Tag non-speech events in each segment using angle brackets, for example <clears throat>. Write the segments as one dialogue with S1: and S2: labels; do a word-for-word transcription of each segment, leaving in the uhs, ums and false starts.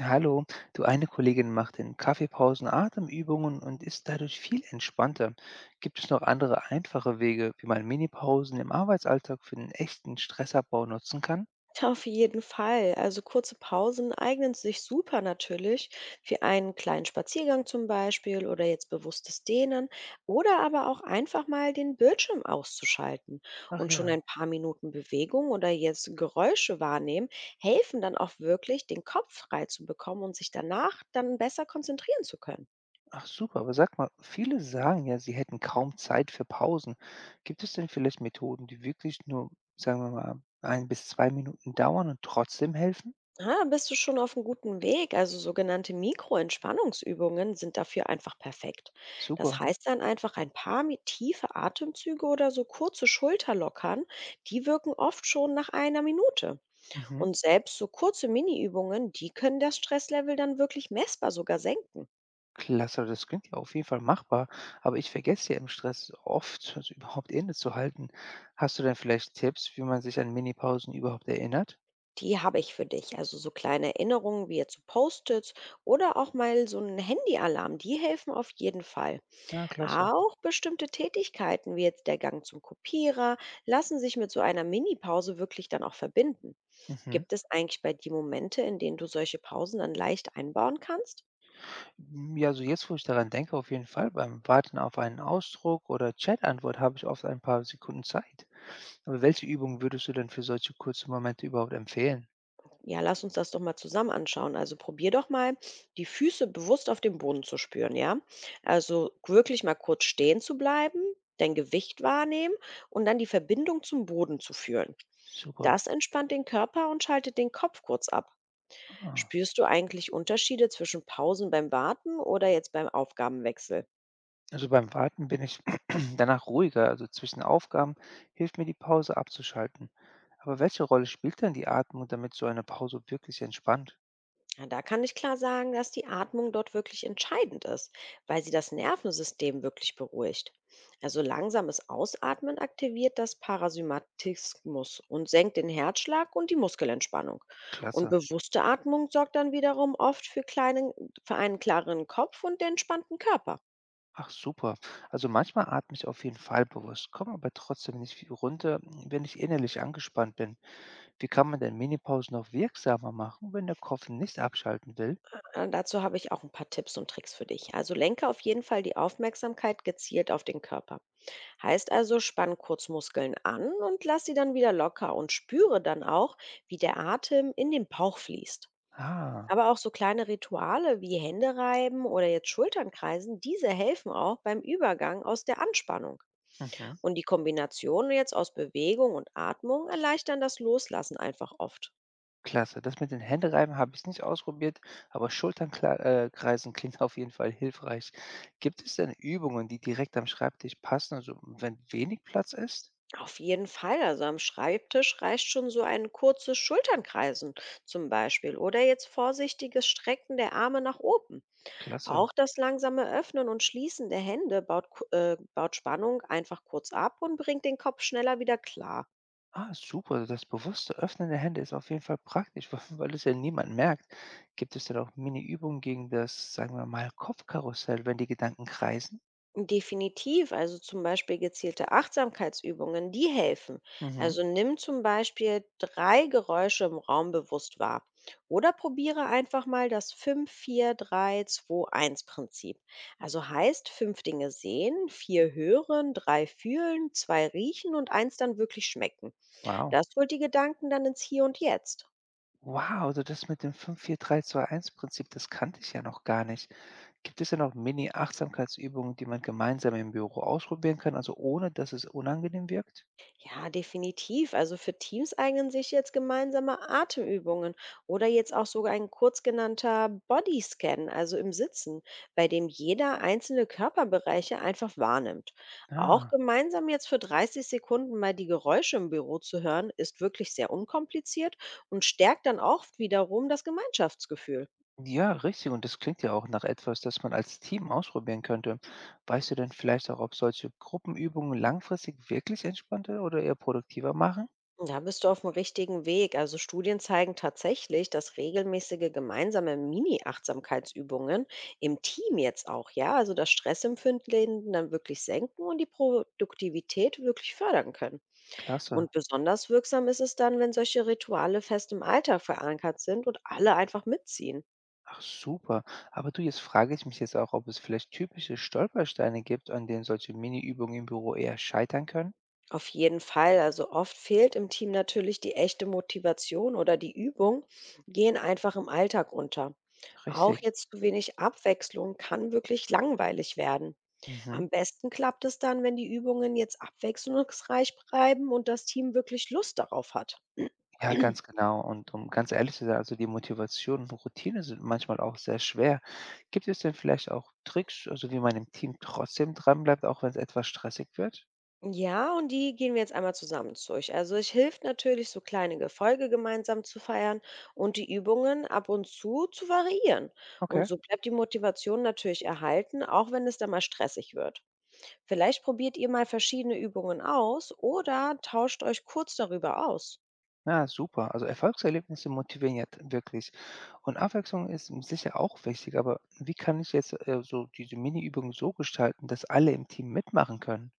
S1: Hallo, du eine Kollegin macht in Kaffeepausen Atemübungen und ist dadurch viel entspannter. Gibt es noch andere einfache Wege, wie man Minipausen im Arbeitsalltag für den echten Stressabbau nutzen kann?
S2: Ja, auf jeden Fall. Also kurze Pausen eignen sich super natürlich für einen kleinen Spaziergang zum Beispiel oder jetzt bewusstes Dehnen oder aber auch einfach mal den Bildschirm auszuschalten
S1: Ach
S2: und schon
S1: ja,
S2: ein paar Minuten Bewegung oder jetzt Geräusche wahrnehmen, helfen dann auch wirklich, den Kopf frei zu bekommen und sich danach dann besser konzentrieren zu können.
S1: ach super, aber sag mal, viele sagen ja, sie hätten kaum Zeit für Pausen. Gibt es denn vielleicht Methoden, die wirklich nur, sagen wir mal, ein bis zwei Minuten dauern und trotzdem helfen?
S2: Ah, bist du schon auf einem guten Weg. Also, sogenannte Mikroentspannungsübungen sind dafür einfach perfekt. Das
S1: Super.
S2: heißt dann einfach ein paar mi tiefe Atemzüge oder so kurze Schulterlockern, die wirken oft schon nach einer Minute.
S1: Mhm.
S2: Und selbst so kurze Mini-Übungen, die können das Stresslevel dann wirklich messbar sogar senken.
S1: Klasse, das klingt ja auf jeden Fall machbar, aber ich vergesse ja im Stress oft, also überhaupt Ende zu halten. Hast du denn vielleicht Tipps, wie man sich an Minipausen überhaupt erinnert?
S2: Die habe ich für dich. Also, so kleine Erinnerungen wie jetzt so Post-its oder auch mal so 'n Handyalarm, die helfen auf jeden Fall.
S1: Ja, klasse.
S2: Auch bestimmte Tätigkeiten, wie jetzt der Gang zum Kopierer, lassen sich mit so einer Mini-Pause wirklich dann auch verbinden.
S1: Mhm.
S2: Gibt es eigentlich bei dir Momente, in denen du solche Pausen dann leicht einbauen kannst?
S1: M, Ja, also jetzt, wo ich daran denke, auf jeden Fall. Beim Warten auf einen Ausdruck oder Chatantwort habe ich oft ein paar Sekunden Zeit. Aber welche Übung würdest du denn für solche kurzen Momente überhaupt empfehlen?
S2: Ja, lass uns das doch mal zusammen anschauen. Also probier doch mal, die Füße bewusst auf dem Boden zu spüren, ja? Also wirklich mal kurz stehen zu bleiben, dein Gewicht wahrnehmen und dann die Verbindung zum Boden zu fühlen.
S1: Super.
S2: Das entspannt den Körper und schaltet den Kopf kurz ab.
S1: Ah.
S2: Spürst du eigentlich Unterschiede zwischen Pausen beim Warten oder jetzt beim Aufgabenwechsel?
S1: Also beim Warten bin ich <clears throat> danach ruhiger, also zwischen Aufgaben hilft mir die Pause abzuschalten. Aber welche Rolle spielt denn die Atmung, damit so eine Pause wirklich entspannt?
S2: Ja, da kann ich klar sagen, dass die Atmung dort wirklich entscheidend ist, weil sie das Nervensystem wirklich beruhigt. Also langsames Ausatmen aktiviert das Parasympathismus und senkt den Herzschlag und die Muskelentspannung. Und
S1: Klasse.
S2: bewusste Atmung sorgt dann wiederum oft für, kleinen, für einen klareren Kopf und den entspannten Körper.
S1: Ach super. Also manchmal atme ich auf jeden Fall bewusst, komme aber trotzdem nicht viel runter, wenn ich innerlich angespannt bin. Wie kann man denn Minipausen noch wirksamer machen, wenn der Kopf nicht abschalten will?
S2: Äh, Dazu habe ich auch ein paar Tipps und Tricks für dich. Also lenke auf jeden Fall die Aufmerksamkeit gezielt auf den Körper. Heißt also, spann kurz Muskeln an und lass sie dann wieder locker und spüre dann auch, wie der Atem in den Bauch fließt.
S1: Ah.
S2: Aber auch so kleine Rituale wie Hände reiben oder jetzt Schultern kreisen, diese helfen auch beim Übergang aus der Anspannung.
S1: Mhm.
S2: Und die Kombination jetzt aus Bewegung und Atmung erleichtern das Loslassen einfach oft.
S1: Klasse. Das mit den Händereiben habe ich nicht ausprobiert, aber Schulternkreisen äh, kreisen <laughs> klingt auf jeden Fall hilfreich. Gibt es denn Übungen, die direkt am Schreibtisch passen, also wenn wenig Platz ist?
S2: Auf jeden Fall, also am Schreibtisch reicht schon so ein kurzes Schulternkreisen zum Beispiel oder jetzt vorsichtiges Strecken der Arme nach oben.
S1: Klasse.
S2: Auch das langsame Öffnen und Schließen der Hände baut, ku- äh, baut Spannung einfach kurz ab und bringt den Kopf schneller wieder klar.
S1: Ah, super. Also das bewusste Öffnen der Hände ist auf jeden Fall praktisch, <laughs> weil weil es ja niemand merkt. Gibt es denn auch Mini-Übungen gegen das, sagen wir mal, Kopfkarussell, wenn die Gedanken kreisen?
S2: Definitiv, also zum Beispiel gezielte Achtsamkeitsübungen, die helfen.
S1: Mhm.
S2: Also nimm zum Beispiel drei Geräusche im Raum bewusst wahr. Oder probiere einfach mal das fünf vier drei zwei eins Prinzip. Also heißt fünf Dinge sehen, vier hören, drei fühlen, zwei riechen und eins dann wirklich schmecken.
S1: Wow.
S2: Das holt die Gedanken dann ins Hier und Jetzt.
S1: Wow, also das mit dem fünf vier drei zwei eins prinzip das kannte ich ja noch gar nicht. Gibt es denn auch Mini-Achtsamkeitsübungen, die man gemeinsam im Büro ausprobieren kann, also ohne, dass es unangenehm wirkt?
S2: Ja, definitiv. Also für Teams eignen sich jetzt gemeinsame Atemübungen oder jetzt auch sogar ein kurz genannter Bodyscan, also im Sitzen, bei dem jeder einzelne Körperbereiche einfach wahrnimmt. Auch
S1: Ah,
S2: gemeinsam jetzt für dreißig Sekunden mal die Geräusche im Büro zu hören, ist wirklich sehr unkompliziert und stärkt dann auch wiederum das Gemeinschaftsgefühl.
S1: ja, richtig. Und das klingt ja auch nach etwas, das man als Team ausprobieren könnte. Weißt du denn vielleicht auch, ob solche Gruppenübungen langfristig wirklich entspannter oder eher produktiver machen?
S2: Da bist du auf dem richtigen Weg. Also Studien zeigen tatsächlich, dass regelmäßige gemeinsame Mini-Achtsamkeitsübungen im Team jetzt auch, ja, also das Stressempfinden dann wirklich senken und die Produktivität wirklich fördern können.
S1: Klasse.
S2: Und besonders wirksam ist es dann, wenn solche Rituale fest im Alltag verankert sind und alle einfach mitziehen.
S1: Ach super. Aber du, jetzt frage ich mich jetzt auch, ob es vielleicht typische Stolpersteine gibt, an denen solche Mini-Übungen im Büro eher scheitern können?
S2: Auf jeden Fall. Also oft fehlt im Team natürlich die echte Motivation oder die Übung, gehen einfach im Alltag unter. Auch
S1: Richtig.
S2: jetzt zu wenig Abwechslung kann wirklich langweilig werden.
S1: Mhm.
S2: Am besten klappt es dann, wenn die Übungen jetzt abwechslungsreich bleiben und das Team wirklich Lust darauf hat. <clears throat>
S1: Ja, ganz genau. Und um ganz ehrlich zu sein, also die Motivation und Routine sind manchmal auch sehr schwer. Gibt es denn vielleicht auch Tricks, also wie man im Team trotzdem dranbleibt, auch wenn es etwas stressig wird?
S2: Ja, und die gehen wir jetzt einmal zusammen durch. Also es hilft natürlich, so kleine Erfolge gemeinsam zu feiern und die Übungen ab und zu zu variieren. Und
S1: Okay,
S2: so bleibt die Motivation natürlich erhalten, auch wenn es dann mal stressig wird. Vielleicht probiert ihr mal verschiedene Übungen aus oder tauscht euch kurz darüber aus.
S1: ja, super. Also Erfolgserlebnisse motivieren jetzt wirklich. Und Abwechslung ist m- sicher auch wichtig, aber wie kann ich jetzt äh, so diese Mini-Übung so gestalten, dass alle im Team mitmachen können?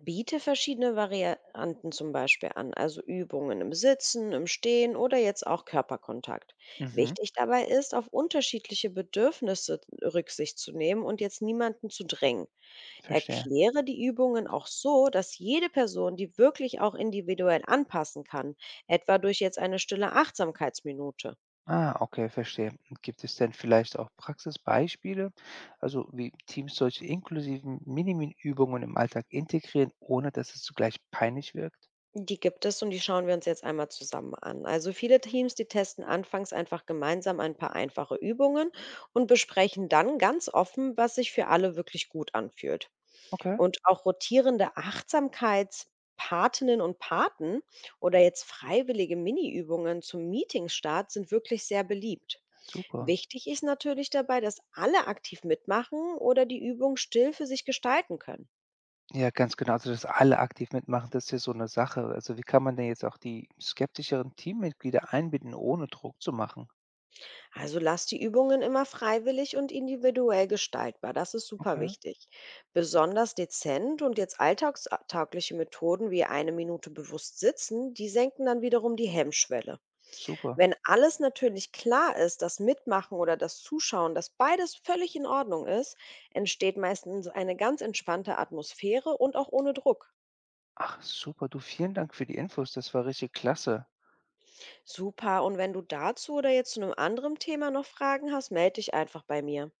S2: Biete verschiedene Varianten zum Beispiel an, also Übungen im Sitzen, im Stehen oder jetzt auch Körperkontakt.
S1: Mhm,
S2: Wichtig dabei ist, auf unterschiedliche Bedürfnisse Rücksicht zu nehmen und jetzt niemanden zu drängen.
S1: verstehe.
S2: Erkläre die Übungen auch so, dass jede Person die wirklich auch individuell anpassen kann, etwa durch jetzt eine stille Achtsamkeitsminute.
S1: Ah, okay, verstehe. Gibt es denn vielleicht auch Praxisbeispiele, also wie Teams solche inklusiven Mini-Übungen im Alltag integrieren, ohne dass es zugleich peinlich wirkt?
S2: Die gibt es und die schauen wir uns jetzt einmal zusammen an. Also viele Teams, die testen anfangs einfach gemeinsam ein paar einfache Übungen und besprechen dann ganz offen, was sich für alle wirklich gut anfühlt.
S1: Okay,
S2: Und auch rotierende Achtsamkeitspatinnen und Paten oder jetzt freiwillige Mini-Übungen zum Meetingstart sind wirklich sehr beliebt.
S1: super.
S2: Wichtig ist natürlich dabei, dass alle aktiv mitmachen oder die Übung still für sich gestalten können.
S1: Ja, ganz genau. Also, dass alle aktiv mitmachen, das ist ja so eine Sache. Also, wie kann man denn jetzt auch die skeptischeren Teammitglieder einbinden, ohne Druck zu machen?
S2: Also lass die Übungen immer freiwillig und individuell gestaltbar. Das ist super
S1: Okay,
S2: wichtig. Besonders dezent und jetzt alltagstaugliche Methoden wie eine Minute bewusst sitzen, die senken dann wiederum die Hemmschwelle.
S1: super.
S2: Wenn alles natürlich klar ist, das Mitmachen oder das Zuschauen, dass beides völlig in Ordnung ist, entsteht meistens eine ganz entspannte Atmosphäre und auch ohne Druck.
S1: Ach, super. Du, vielen Dank für die Infos. Das war richtig klasse.
S2: Super. Und wenn du dazu oder jetzt zu einem anderen Thema noch Fragen hast, melde dich einfach bei mir.